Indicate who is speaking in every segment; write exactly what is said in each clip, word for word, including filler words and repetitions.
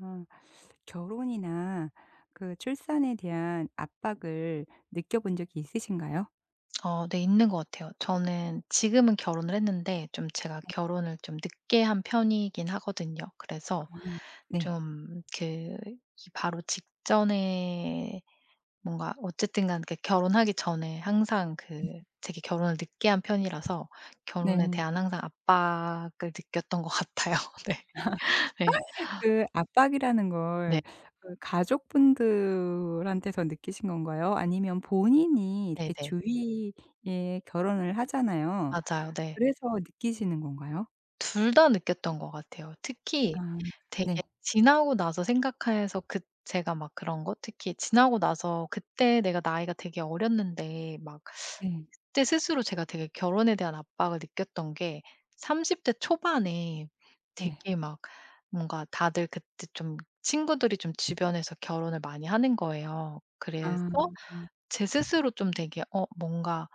Speaker 1: 아, 결혼이나 그 출산에 대한 압박을 느껴본 적이 있으신가요?
Speaker 2: 어 네 있는 것 같아요. 저는 지금은 결혼을 했는데 좀 제가 결혼을 좀 늦게 한 편이긴 하거든요.
Speaker 1: 아,
Speaker 2: 그래서
Speaker 1: 네.
Speaker 2: 좀 그 바로 직전에 뭔가 어쨌든 간 그 결혼하기 전에 항상 그 되게 결혼을 늦게 한 편이라서 결혼에
Speaker 1: 네.
Speaker 2: 대한 항상 압박을 느꼈던 것 같아요. 네. 네.
Speaker 1: 그 압박이라는
Speaker 2: 네.
Speaker 1: 걸그 가족분들한테서 느끼신 건가요? 아니면 본인이 이렇게
Speaker 2: 네네.
Speaker 1: 주위에 결혼을 하잖아요.
Speaker 2: 맞아요. 네.
Speaker 1: 그래서 느끼시는 건가요?
Speaker 2: 둘 다 느꼈던 것 같아요. 특히
Speaker 1: 아,
Speaker 2: 되게
Speaker 1: 네.
Speaker 2: 지나고 나서 생각해서 그 제가 막 그런 거 특히 지나고 나서 그때 내가 나이가 되게 어렸는데 막
Speaker 1: 네. 네.
Speaker 2: 그때 스스로 제가 되게 결혼에 대한 압박을 느꼈던 게 삼십 대 초반에
Speaker 1: 네.
Speaker 2: 되게 막 뭔가 다들 그때 좀 친구들이 좀 주변에서 결혼을 많이 하는 거예요. 그래서
Speaker 1: 아.
Speaker 2: 제 스스로 좀 되게 어 뭔가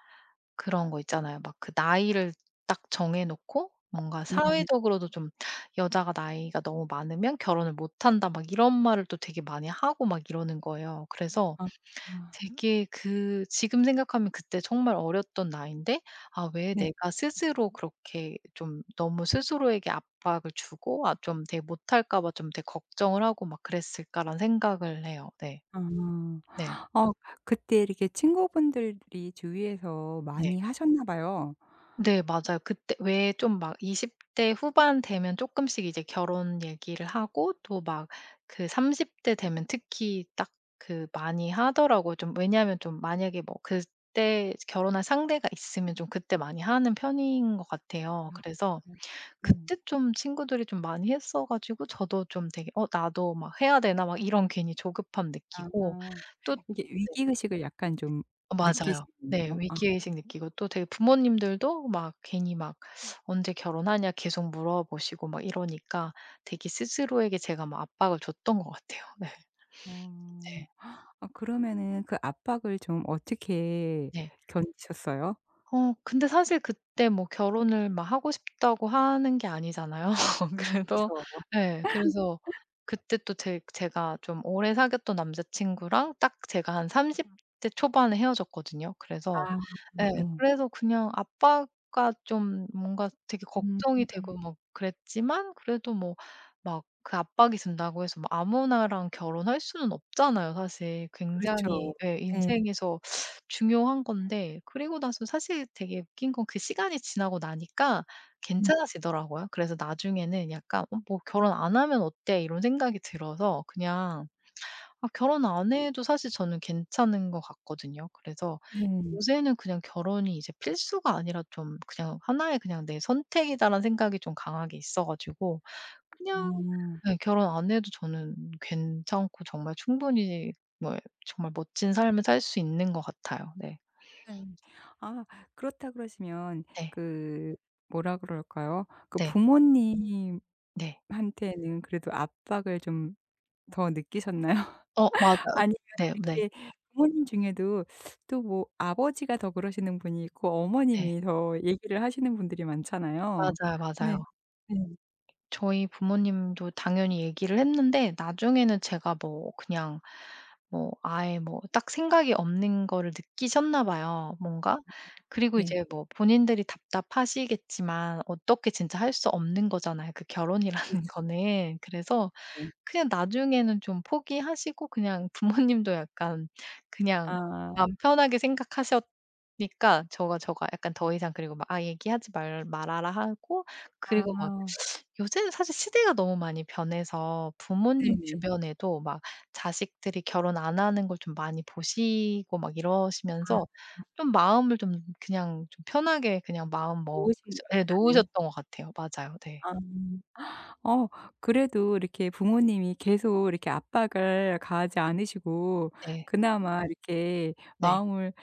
Speaker 2: 그런 거 있잖아요. 막 그 나이를 딱 정해 놓고 뭔가
Speaker 1: 네.
Speaker 2: 사회적으로도 좀 "여자가 나이가 너무 많으면 결혼을 못 한다." 막 이런 말을 또 되게 많이 하고 막 이러는 거예요. 그래서
Speaker 1: 아. 아,
Speaker 2: 되게 그 지금 생각하면 그때 정말 어렸던 나이인데 '아 왜
Speaker 1: 네.
Speaker 2: 내가 스스로 그렇게 좀 너무 스스로에게 압박을 주고 아 좀 되게 못할까 봐 좀 되게 걱정을 하고 막 그랬을까.'라는 생각을 해요. 네.
Speaker 1: 아.
Speaker 2: 네.
Speaker 1: 어, 그때 이렇게 친구분들이 주위에서
Speaker 2: 네.
Speaker 1: 많이 하셨나 봐요.
Speaker 2: 네 맞아요. 그때 왜 좀 막 이십 대 후반 되면 조금씩 이제 결혼 얘기를 하고 또 막 그 삼십 대 되면 특히 딱 그 많이 하더라고요. 좀 왜냐하면 좀 만약에 뭐 그때 결혼할 상대가 있으면 좀 그때 많이 하는 편인 것 같아요.
Speaker 1: 아,
Speaker 2: 그래서
Speaker 1: 네. 네.
Speaker 2: 그때 좀 친구들이 좀 많이 했어 가지고 저도 좀 되게 '어 나도 막 해야 되나?' 막 이런 괜히 조급함
Speaker 1: 아,
Speaker 2: 느끼고 또
Speaker 1: 이게 위기 의식을 약간 좀
Speaker 2: 어 맞아요. 네.
Speaker 1: 느끼시군요. 아.
Speaker 2: 위기의식 느끼고 또 되게 부모님들도 막 괜히 막 "언제 결혼하냐." 계속 물어보시고 막 이러니까 되게 스스로에게 제가 막 압박을 줬던 것 같아요. 네.
Speaker 1: 어.
Speaker 2: 네.
Speaker 1: 아, 그러면은 그 압박을 좀 어떻게
Speaker 2: 네.
Speaker 1: 견디셨어요?
Speaker 2: 어 근데 사실 그때 뭐 결혼을 막 하고 싶다고 하는 게 아니잖아요. 그래서
Speaker 1: 그쵸.
Speaker 2: 예 그래서 그때 또 제 제가 좀 오래 사귀었던 남자친구랑 딱 제가 한 삼십 대 초반에 헤어졌거든요. 그래서
Speaker 1: 아,
Speaker 2: 예
Speaker 1: 네.
Speaker 2: 그래서 그냥 아빠가 좀 뭔가 되게
Speaker 1: 음.
Speaker 2: 걱정이 되고 막 그랬지만 그래도 뭐 막 그 압박이 든다고 해서 뭐 아무나랑 결혼할 수는 없잖아요 사실. 굉장히
Speaker 1: 그렇죠.
Speaker 2: 예
Speaker 1: 예.
Speaker 2: 인생에서 중요한 건데 그리고 나서 사실 되게 웃긴 건 그 시간이 지나고 나니까
Speaker 1: 음.
Speaker 2: 괜찮아지더라고요. 그래서 나중에는 약간 '어 뭐 결혼 안 하면 어때?' 이런 생각이 들어서 그냥 아 결혼 안 해도 사실 저는 괜찮은 것 같거든요. 그래서
Speaker 1: 네.
Speaker 2: 요새는 그냥 결혼이 이제 필수가 아니라 좀 그냥 '하나의 그냥 내 선택이다.'라는 생각이 좀 강하게 있어 가지고 그냥
Speaker 1: 아.
Speaker 2: 예 결혼 안 해도 저는 괜찮고 정말 충분히 뭐 정말 멋진 삶을 살 수 있는 것 같아요. 네.
Speaker 1: 네. 아, 그렇다 그러시면
Speaker 2: 네.
Speaker 1: 그 뭐라 그럴까요? 그
Speaker 2: 네.
Speaker 1: 부모님
Speaker 2: 네.
Speaker 1: 한테는 그래도 압박을 좀 더 느끼셨나요?
Speaker 2: 어 맞아요.
Speaker 1: 아니면
Speaker 2: 네 네.
Speaker 1: 이렇게 부모님 중에도 또 뭐 아버지가 더 그러시는 분이 있고
Speaker 2: 네.
Speaker 1: 어머님이 더 얘기를 하시는 분들이 많잖아요.
Speaker 2: 맞아요,
Speaker 1: 네.
Speaker 2: 맞아요.
Speaker 1: 네.
Speaker 2: 저희 부모님도 당연히 얘기를 했는데 나중에는 제가 뭐 그냥 뭐 아예 뭐 딱 생각이 없는 거를 느끼셨나 봐요, 뭔가. 그리고
Speaker 1: 네.
Speaker 2: 이제 뭐 본인들이 답답하시겠지만 어떻게 진짜 할 수 없는 거잖아요, 그 결혼이라는
Speaker 1: 그렇죠.
Speaker 2: 거는. 그래서
Speaker 1: 네.
Speaker 2: 그냥 나중에는 좀 포기하시고 그냥 부모님도 약간 그냥
Speaker 1: 아.
Speaker 2: 마음 편하게 생각하셨니까 저가 저가 약간 더 이상 그리고 막 "아 얘기하지 말 말아라." 하고 그리고 막
Speaker 1: 아.
Speaker 2: 요새는 사실 시대가 너무 많이 변해서 부모님
Speaker 1: 네네.
Speaker 2: 주변에도 막 자식들이 결혼 안 하는 걸 좀 많이 보시고 막 이러시면서
Speaker 1: 아,
Speaker 2: 좀 마음을 좀 그냥 좀 편하게 그냥 마음
Speaker 1: 좋
Speaker 2: 먹으셔
Speaker 1: 으신 것
Speaker 2: 예
Speaker 1: 같다는.
Speaker 2: 놓으셨던 것 같아요. 맞아요. 네.
Speaker 1: 아. 어, 그래도 이렇게 부모님이 계속 이렇게 압박을 가하지 않으시고
Speaker 2: 네.
Speaker 1: 그나마 이렇게
Speaker 2: 네.
Speaker 1: 마음을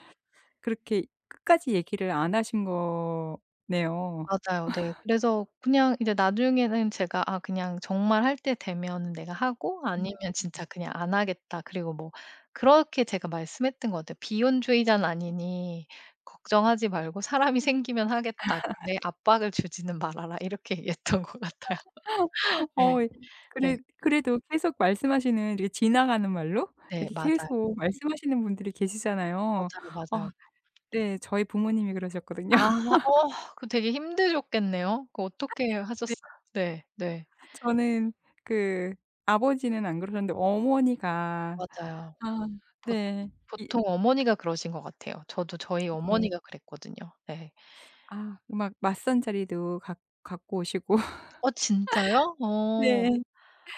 Speaker 1: 그렇게 끝까지 얘기를 안 하신 거네요.
Speaker 2: 맞아요. 네. 그래서 그냥 이제 나중에는 제가 아 그냥 정말 할 때 되면은 내가 하고
Speaker 1: 음.
Speaker 2: 아니면 진짜 그냥 안 하겠다. 그리고 뭐 그렇게 제가 말씀했던 것 같아요. 비혼주의자는 아니니 "걱정하지 말고 사람이 생기면 하겠다. 근데 압박을 주지는 말아라." 이렇게 얘기했던 것 같아요. 네.
Speaker 1: 어,
Speaker 2: 네.
Speaker 1: 그래 그래도 계속 말씀하시는 이렇게 지나가는 말로
Speaker 2: 네.
Speaker 1: 이렇게
Speaker 2: 맞아요.
Speaker 1: 계속 말씀하시는 분들이 계시잖아요.
Speaker 2: 맞아요, 맞아요.
Speaker 1: 아, 네. 저희 부모님이 그러셨거든요.
Speaker 2: 아 어 그거 되게 힘드셨겠네요. 그거 어떻게
Speaker 1: 네.
Speaker 2: 하셨어요? 네. 네.
Speaker 1: 저는 그 아버지는 안 그러셨는데 어머니가,
Speaker 2: 맞아요.
Speaker 1: 아,
Speaker 2: 보
Speaker 1: 네. 이,
Speaker 2: 보통 어머니가 그러신 것 같아요. 저도 저희
Speaker 1: 네.
Speaker 2: 어머니가 그랬거든요. 네.
Speaker 1: 아, 막 맞선 자리도 갖 갖고 오시고
Speaker 2: 어 진짜요? 어.
Speaker 1: 네.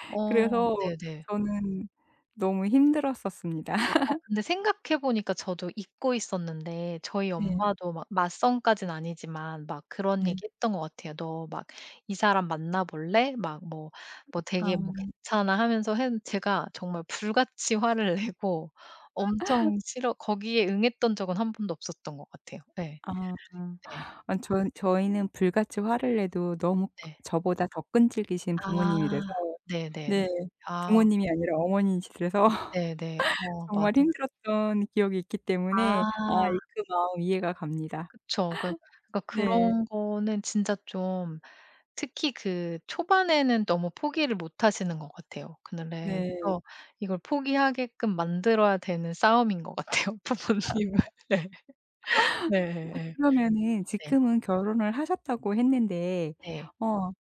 Speaker 2: 어
Speaker 1: 그래서
Speaker 2: 네네.
Speaker 1: 저는 너무 힘들었었습니다.
Speaker 2: 아 어 근데 생각해 보니까 저도 잊고 있었는데 저희
Speaker 1: 네.
Speaker 2: 엄마도 막 맞선까진 아니지만 막 그런
Speaker 1: 네.
Speaker 2: 얘기했던 것 같아요. "너 막 이 사람 만나 볼래?" 막 뭐 뭐 되게 뭐
Speaker 1: 아.
Speaker 2: "괜찮아." 하면서 했 제가 정말 불같이 화를 내고 엄청 싫어 거기에 응했던 적은 한 번도 없었던 것 같아요. 네,
Speaker 1: 아.
Speaker 2: 네.
Speaker 1: 아, 저 저희는 불같이 화를 내도 너무 끄
Speaker 2: 네.
Speaker 1: 저보다 더 끈질기신 부모님이라서
Speaker 2: 아. 네네네.
Speaker 1: 네.
Speaker 2: 아
Speaker 1: 부모님이 아니라 어머니시라서
Speaker 2: 네네. 어 맞아요.
Speaker 1: 정말 힘들었던 기억이 있기 때문에 아
Speaker 2: 아
Speaker 1: 이 그 마음 이해가 갑니다.
Speaker 2: 그쵸. 그 그러니까
Speaker 1: 네.
Speaker 2: 그런 거는 진짜 좀 특히 그 초반에는 너무 포기를 못 하시는 것 같아요.
Speaker 1: 네.
Speaker 2: 그래서 이걸 포기하게끔 만들어야 되는 싸움인 것 같아요, 부모님은. 네. 네예예.
Speaker 1: 그러면은
Speaker 2: 네.
Speaker 1: 지금은 결혼을 하셨다고 했는데
Speaker 2: 네.
Speaker 1: 어,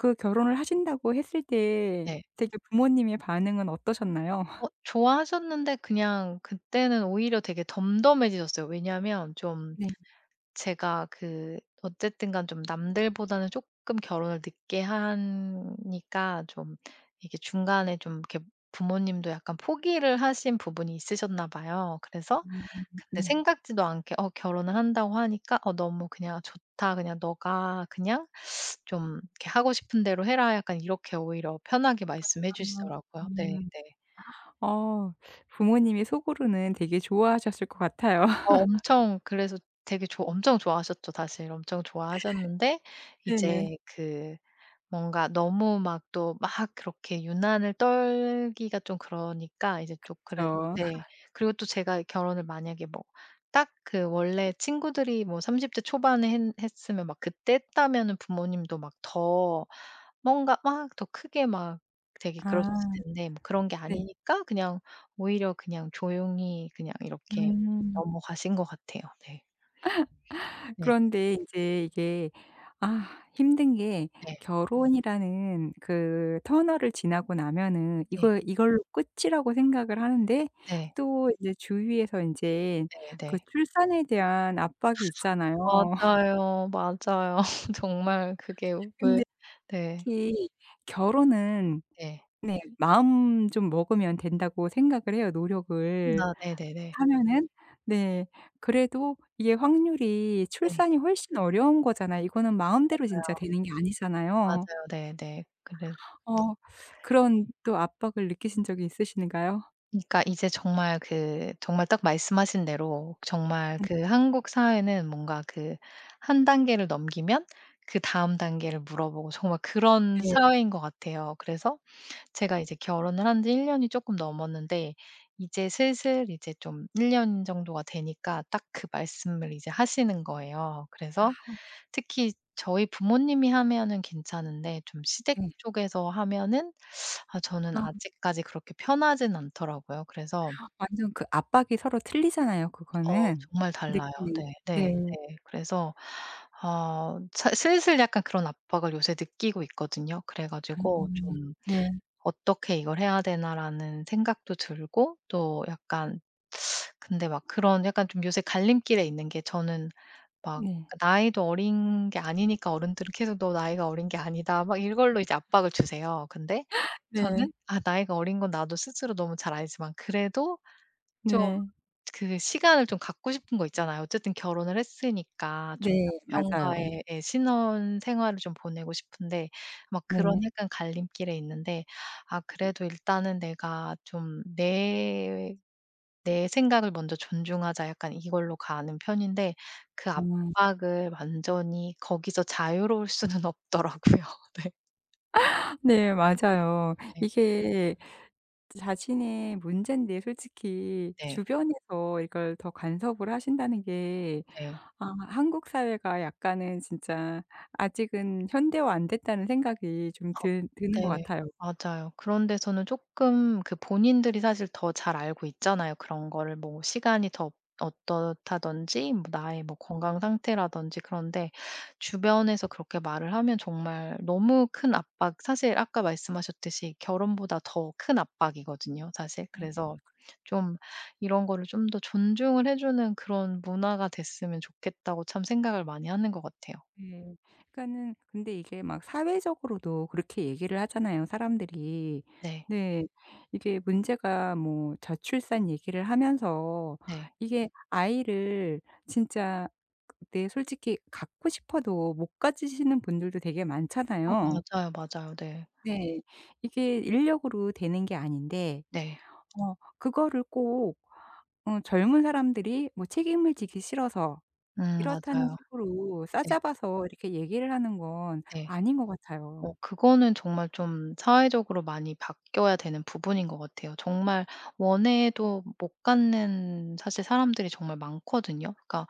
Speaker 1: 그 결혼을 하신다고 했을 때
Speaker 2: 네.
Speaker 1: 되게 부모님의 반응은 어떠셨나요?
Speaker 2: 어 좋아하셨는데 그냥 그때는 오히려 되게 덤덤해지셨어요. 왜냐하면 좀
Speaker 1: 네.
Speaker 2: 제가 그 어쨌든 간 좀 남들보다는 조금 결혼을 늦게 하니까 좀 이게 중간에 좀 이렇게 부모님도 약간 포기를 하신 부분이 있으셨나 봐요. 그래서
Speaker 1: 음.
Speaker 2: 근데
Speaker 1: 네.
Speaker 2: 생각지도 않게 어 결혼을 한다고 하니까 "어 너무 그냥 좋다. 그냥 너가 그냥 좀 이렇게 하고 싶은 대로 해라." 약간 이렇게 오히려 편하게 말씀해
Speaker 1: 아.
Speaker 2: 주시더라고요. 네
Speaker 1: 음.
Speaker 2: 네.
Speaker 1: 어. 부모님이 속으로는 되게 좋아하셨을 것 같아요.
Speaker 2: 어 엄청 그래서 되게 좋 엄청 좋아하셨죠 사실. 엄청 좋아하셨는데
Speaker 1: 네네.
Speaker 2: 이제 그 뭔가 너무 막 또 막 그렇게 유난을 떨기가 좀 그러니까 이제 좀 그래
Speaker 1: 그쵸.
Speaker 2: 네. 그리고 또 제가 결혼을 만약에 뭐 딱 그 원래 친구들이 뭐 삼십 대 초반에 했 했으면 막 그때 했다면은 부모님도 막 더 뭔가 막 더 크게 막 되게 그러셨을
Speaker 1: 아,
Speaker 2: 텐데 뭐 그런 게
Speaker 1: 네.
Speaker 2: 아니니까 그냥 오히려 그냥 조용히 그냥 이렇게
Speaker 1: 음.
Speaker 2: 넘어가신 것 같아요. 네. 네.
Speaker 1: 그런데 인제 이게 아 힘든 게
Speaker 2: 네.
Speaker 1: 결혼이라는 그 터널을 지나고 나면은
Speaker 2: 네.
Speaker 1: 이거 이걸로 끝이라고 생각을 하는데
Speaker 2: 네.
Speaker 1: 또 이제 주위에서 인제
Speaker 2: 네.
Speaker 1: 그
Speaker 2: 네.
Speaker 1: 출산에 대한 압박이 있잖아요.
Speaker 2: 맞아요, 맞아요. 정말 그게 왜
Speaker 1: 근데
Speaker 2: 네.
Speaker 1: 특히 결혼은
Speaker 2: 네.
Speaker 1: 네 마음 좀 먹으면 된다고 생각을 해요,
Speaker 2: 음.
Speaker 1: 노력을.
Speaker 2: 아 네네네.
Speaker 1: 하면은 네 그래도 이게 확률이
Speaker 2: 네.
Speaker 1: 출산이 훨씬 어려운 거잖아요. 이거는 마음대로 진짜
Speaker 2: 맞아요.
Speaker 1: 되는 게 아니잖아요.
Speaker 2: 맞아요. 네네. 그래
Speaker 1: 어, 그런 또 압박을 느끼신 적이 있으신가요?
Speaker 2: 그러니까 이제 정말 그 정말 딱 말씀하신 대로 정말 그 한국 사회는 뭔가 그 한 단계를 넘기면 그다음 단계를 물어보고 정말 그런
Speaker 1: 네.
Speaker 2: 사회인 것 같아요. 그래서 제가 이제 결혼을 한지 일 년 년이 조금 넘었는데 이제 슬슬 이제 좀 일 년 정도가 되니까 딱 그 말씀을 이제 하시는 거예요. 그래서 특히 저희 부모님이 하면은 괜찮은데 좀 시댁
Speaker 1: 네.
Speaker 2: 쪽에서 하면은 아 저는
Speaker 1: 어,
Speaker 2: 아직까지 그렇게 편하진 않더라고요. 그래서
Speaker 1: 완전 그 압박이 서로 틀리잖아요
Speaker 2: 어
Speaker 1: 그거는.
Speaker 2: 정말 달라요.
Speaker 1: 느끼는
Speaker 2: 네. 네.
Speaker 1: 네.
Speaker 2: 네. 그래서 어 사 슬슬 약간 그런 압박을 요새 느끼고 있거든요. 그래 가지고
Speaker 1: 음.
Speaker 2: 좀
Speaker 1: 네.
Speaker 2: '어떻게 이걸 해야 되나.'라는 생각도 들고 또 약간 근데 막 그런 약간 좀 요새 갈림길에 있는 게 저는 막
Speaker 1: 네.
Speaker 2: 나이도 어린 게 아니니까 어른들은 계속 "너 나이가 어린 게 아니다." 막 이걸로 이제 압박을 주세요. 근데
Speaker 1: 네.
Speaker 2: 저는 아 나이가 어린 건 나도 스스로 너무 잘 알지만 그래도 좀
Speaker 1: 네.
Speaker 2: 그 시간을 좀 갖고 싶은 거 있잖아요. 어쨌든 결혼을 했으니까 좀
Speaker 1: 네. 맞아요.
Speaker 2: 남편과의 예 신혼 생활을 좀 보내고 싶은데 막 그런
Speaker 1: 네.
Speaker 2: 약간 갈림길에 있는데 아 그래도 일단은 '내가 좀 내 내 생각을 먼저 존중하자.' 약간 이걸로 가는 편인데 그
Speaker 1: 어.
Speaker 2: 압박을 완전히 거기서 자유로울 수는 없더라고요. 네.
Speaker 1: 네, 맞아요.
Speaker 2: 네.
Speaker 1: 이게 자신의 문제인데 솔직히
Speaker 2: 네.
Speaker 1: 주변에서 이걸 더 간섭을 하신다는 게
Speaker 2: 네.
Speaker 1: 아, 한국 사회가 약간은 진짜 아직은 현대화 안 됐다는 생각이 좀 드
Speaker 2: 어
Speaker 1: 드는 것
Speaker 2: 네.
Speaker 1: 같아요.
Speaker 2: 맞아요. 그런 데서는 쪼끔 그 본인들이 사실 더 잘 알고 있잖아요. 그런 거를 뭐 시간이 더 어떻다든지 뭐 나의 뭐 건강 상태라든지 그런데 주변에서 그렇게 말을 하면 정말 너무 큰 압박 사실 아까 말씀하셨듯이 결혼보다 더 큰 압박이거든요 사실. 그래서 좀 이런 거를 좀 더 존중을 해 주는 그런 문화가 됐으면 좋겠다고 참 생각을 많이 하는 것 같아요.
Speaker 1: 네. 그러니까는 근데 이게 막 사회적으로도 그렇게 얘기를 하잖아요, 사람들이.
Speaker 2: 네.
Speaker 1: 네. 이게 문제가 뭐 저출산 얘기를 하면서
Speaker 2: 네.
Speaker 1: 이게 아이를 진짜 그때 솔직히 갖고 싶어도 못 가지시는 분들도 되게
Speaker 2: 어
Speaker 1: 많잖아요.
Speaker 2: 맞아요, 맞아요. 네.
Speaker 1: 네. 이게 인력으로 되는 게 아닌데
Speaker 2: 네.
Speaker 1: 어, 그거를 꼭 어, 젊은 사람들이 뭐 책임을 지기 싫어서
Speaker 2: 음
Speaker 1: 이렇다는
Speaker 2: 맞아요.
Speaker 1: 식으로
Speaker 2: 네
Speaker 1: 싸잡아서 이렇게 얘기를 하는 건
Speaker 2: 네.
Speaker 1: 아닌 것 같아요.
Speaker 2: 어 그거는 정말 좀 사회적으로 많이 바뀌어야 되는 부분인 것 같아요. 정말 원해도 못 갖는 사실 사람들이 정말 많거든요. 그러니까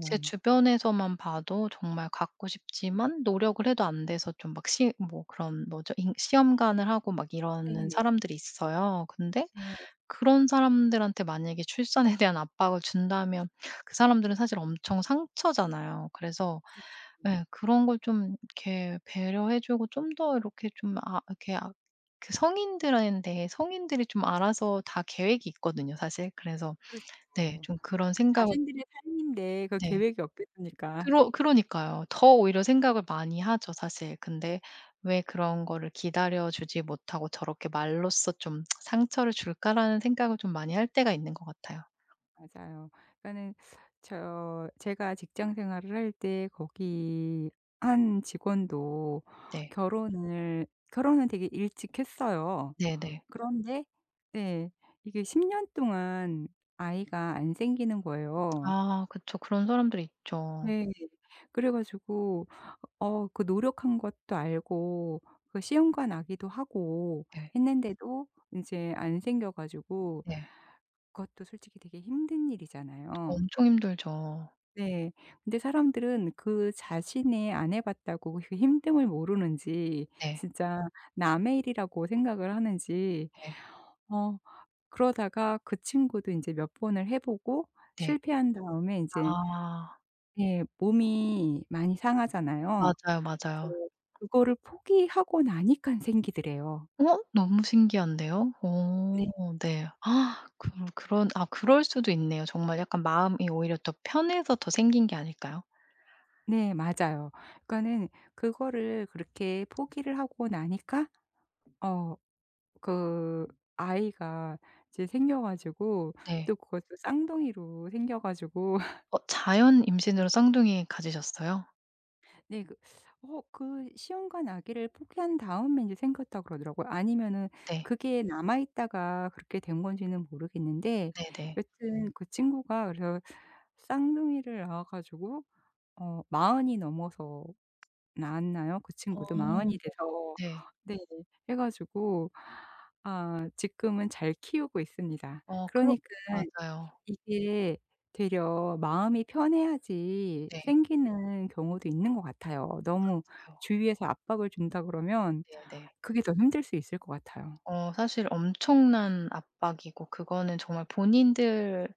Speaker 2: 제 주변에서만 봐도 정말 갖고 싶지만 노력을 해도 안 돼서 좀 막 시 뭐 그런 뭐죠? 인- 시험관을 하고 막 이러는
Speaker 1: 네네.
Speaker 2: 사람들이 있어요. 근데
Speaker 1: 네.
Speaker 2: 그런 사람들한테 만약에 출산에 대한 압박을 준다면 그 사람들은 사실 엄청 상처잖아요. 그래서
Speaker 1: 그렇죠.
Speaker 2: 예 그런 걸 좀 이렇게 배려해 주고 좀 더 이렇게 좀 아 이렇게 아 그 성인들한테 성인들이 좀 알아서 다 계획이 있거든요 사실. 그래서 네
Speaker 1: 그렇죠.
Speaker 2: 좀 그런 생각을
Speaker 1: 자신들의 삶인데 그
Speaker 2: 네.
Speaker 1: 계획이 없겠습니까?
Speaker 2: 그러 그러니까요. 더 오히려 생각을 많이 하죠 사실. 근데 왜 그런 거를 기다려 주지 못하고 저렇게 말로써 좀 '상처를 줄까.'라는 생각을 좀 많이 할 때가 있는 것 같아요.
Speaker 1: 맞아요. 그러니까는 저 제가 직장 생활을 할 때 거기 한 직원도
Speaker 2: 네.
Speaker 1: 결혼을 결혼은 되게 일찍 했어요.
Speaker 2: 네네.
Speaker 1: 그런데 네 이게 십 년 동안 아이가 안 생기는 거예요.
Speaker 2: 아 그쵸. 그런 사람들이 있죠.
Speaker 1: 네. 그래 가지고 어, 그 노력한 것도 알고 그 시험관 아기도 하고
Speaker 2: 네.
Speaker 1: 했는데도 인제 안 생겨 가지고
Speaker 2: 네.
Speaker 1: 그것도 솔직히 되게 힘든 일이잖아요.
Speaker 2: 엄청 힘들죠.
Speaker 1: 네. 근데 사람들은 그 자신이 안 해 봤다고 그 힘듦을 모르는지
Speaker 2: 네.
Speaker 1: 진짜 남의 일이라고 생각을 하는지
Speaker 2: 네.
Speaker 1: 어, 그러다가 그 친구도 인제 몇 번을 해 보고
Speaker 2: 네.
Speaker 1: 실패한 다음에 인제
Speaker 2: 아.
Speaker 1: 예 몸이 많이 상하잖아요.
Speaker 2: 맞아요, 맞아요.
Speaker 1: 그래서 그거를 포기하고 나니깐 생기더래요.
Speaker 2: 어? 너무 신기한데요.
Speaker 1: 네.
Speaker 2: 어 네. 그 그런 아 그럴 수도 있네요. 정말 약간 마음이 오히려 더 편해서 더 생긴 게 아닐까요?
Speaker 1: 네, 맞아요. 그러니까는 그거를 그렇게 포기를 하고 나니까 어, 그 아이가 이제 생겨 가지고
Speaker 2: 네.
Speaker 1: 또 그것도 쌍둥이로 생겨 가지고
Speaker 2: 어 자연 임신으로 쌍둥이 가지셨어요?
Speaker 1: 네 그 어 그 시험 간 아기를 포기한 다음에 인제 생겼다 그러더라고요. 아니면은
Speaker 2: 네.
Speaker 1: 그게 남아 있다가 그렇게 된 건지는 모르겠는데
Speaker 2: 네네.
Speaker 1: 여튼 그 친구가 그래서 쌍둥이를 낳아 가지고 어 마흔이 넘어서 낳았나요? 그 친구도 마흔이
Speaker 2: 어
Speaker 1: 돼서
Speaker 2: 네.
Speaker 1: 네. 해 가지고 아, 지금은 잘 키우고 있습니다.
Speaker 2: 어 그렇
Speaker 1: 그러니까
Speaker 2: 맞아요.
Speaker 1: 이게 되려 마음이 편해야지
Speaker 2: 네.
Speaker 1: 생기는 경우도 있는 것 같아요. 너무
Speaker 2: 아유
Speaker 1: 주위에서 압박을 준다 그러면
Speaker 2: 네네.
Speaker 1: 그게 더 힘들 수 있을 것 같아요.
Speaker 2: 어 사실 엄청난 압박이고 그거는 정말 본인들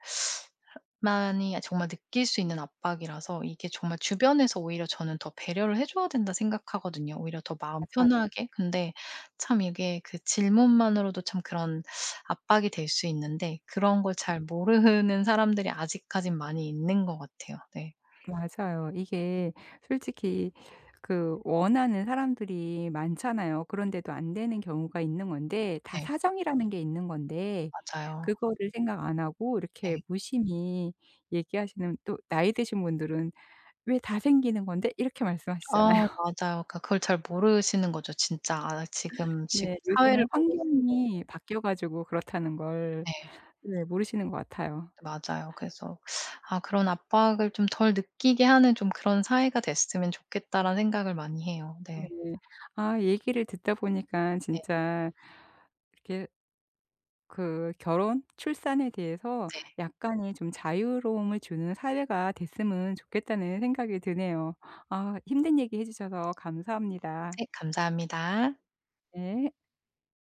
Speaker 2: 만이 정말 느낄 수 있는 압박이라서 이게 정말 주변에서 오히려 저는 더 배려를 해 줘야 된다 생각하거든요 오히려 더 마음
Speaker 1: 맞아요.
Speaker 2: 편하게. 근데 참 이게 그 질문만으로도 참 그런 압박이 될 수 있는데 그런 걸 잘 모르는 사람들이 아직까진 많이 있는 것 같아요. 네.
Speaker 1: 맞아요. 이게 솔직히 그 원하는 사람들이 많잖아요. 그런데도 안 되는 경우가 있는 건데 다
Speaker 2: 네.
Speaker 1: 사정이라는 게 있는 건데
Speaker 2: 맞아요.
Speaker 1: 그거를 생각 안 하고 이렇게
Speaker 2: 네.
Speaker 1: 무심히 얘기하시는 또 나이 드신 분들은 "왜 다 생기는 건데?" 이렇게
Speaker 2: 아
Speaker 1: 말씀하시잖아요.
Speaker 2: 맞아요. 그러니까 그걸 잘 모르시는 거죠 진짜. 아 지금, 지금
Speaker 1: 네.
Speaker 2: 사회를
Speaker 1: 요새는
Speaker 2: 모르시는
Speaker 1: 환경이 바뀌어 가지고 그렇다는 걸
Speaker 2: 네.
Speaker 1: 네 모르시는 것 같아요.
Speaker 2: 맞아요. 그래서 '아 그런 압박을 좀 덜 느끼게 하는 좀 그런 사회가 됐으면 좋겠다.'라는 생각을 많이 해요.
Speaker 1: 네.
Speaker 2: 네.
Speaker 1: 아, 얘기를 듣다 보니까
Speaker 2: 네.
Speaker 1: 진짜 이렇게 그 결혼, 출산에 대해서
Speaker 2: 네.
Speaker 1: 약간의 좀 자유로움을 주는 사회가 됐으면 좋겠다는 생각이 드네요. 아, 힘든 얘기 해 주셔서 감사합니다.
Speaker 2: 네. 감사합니다.
Speaker 1: 네.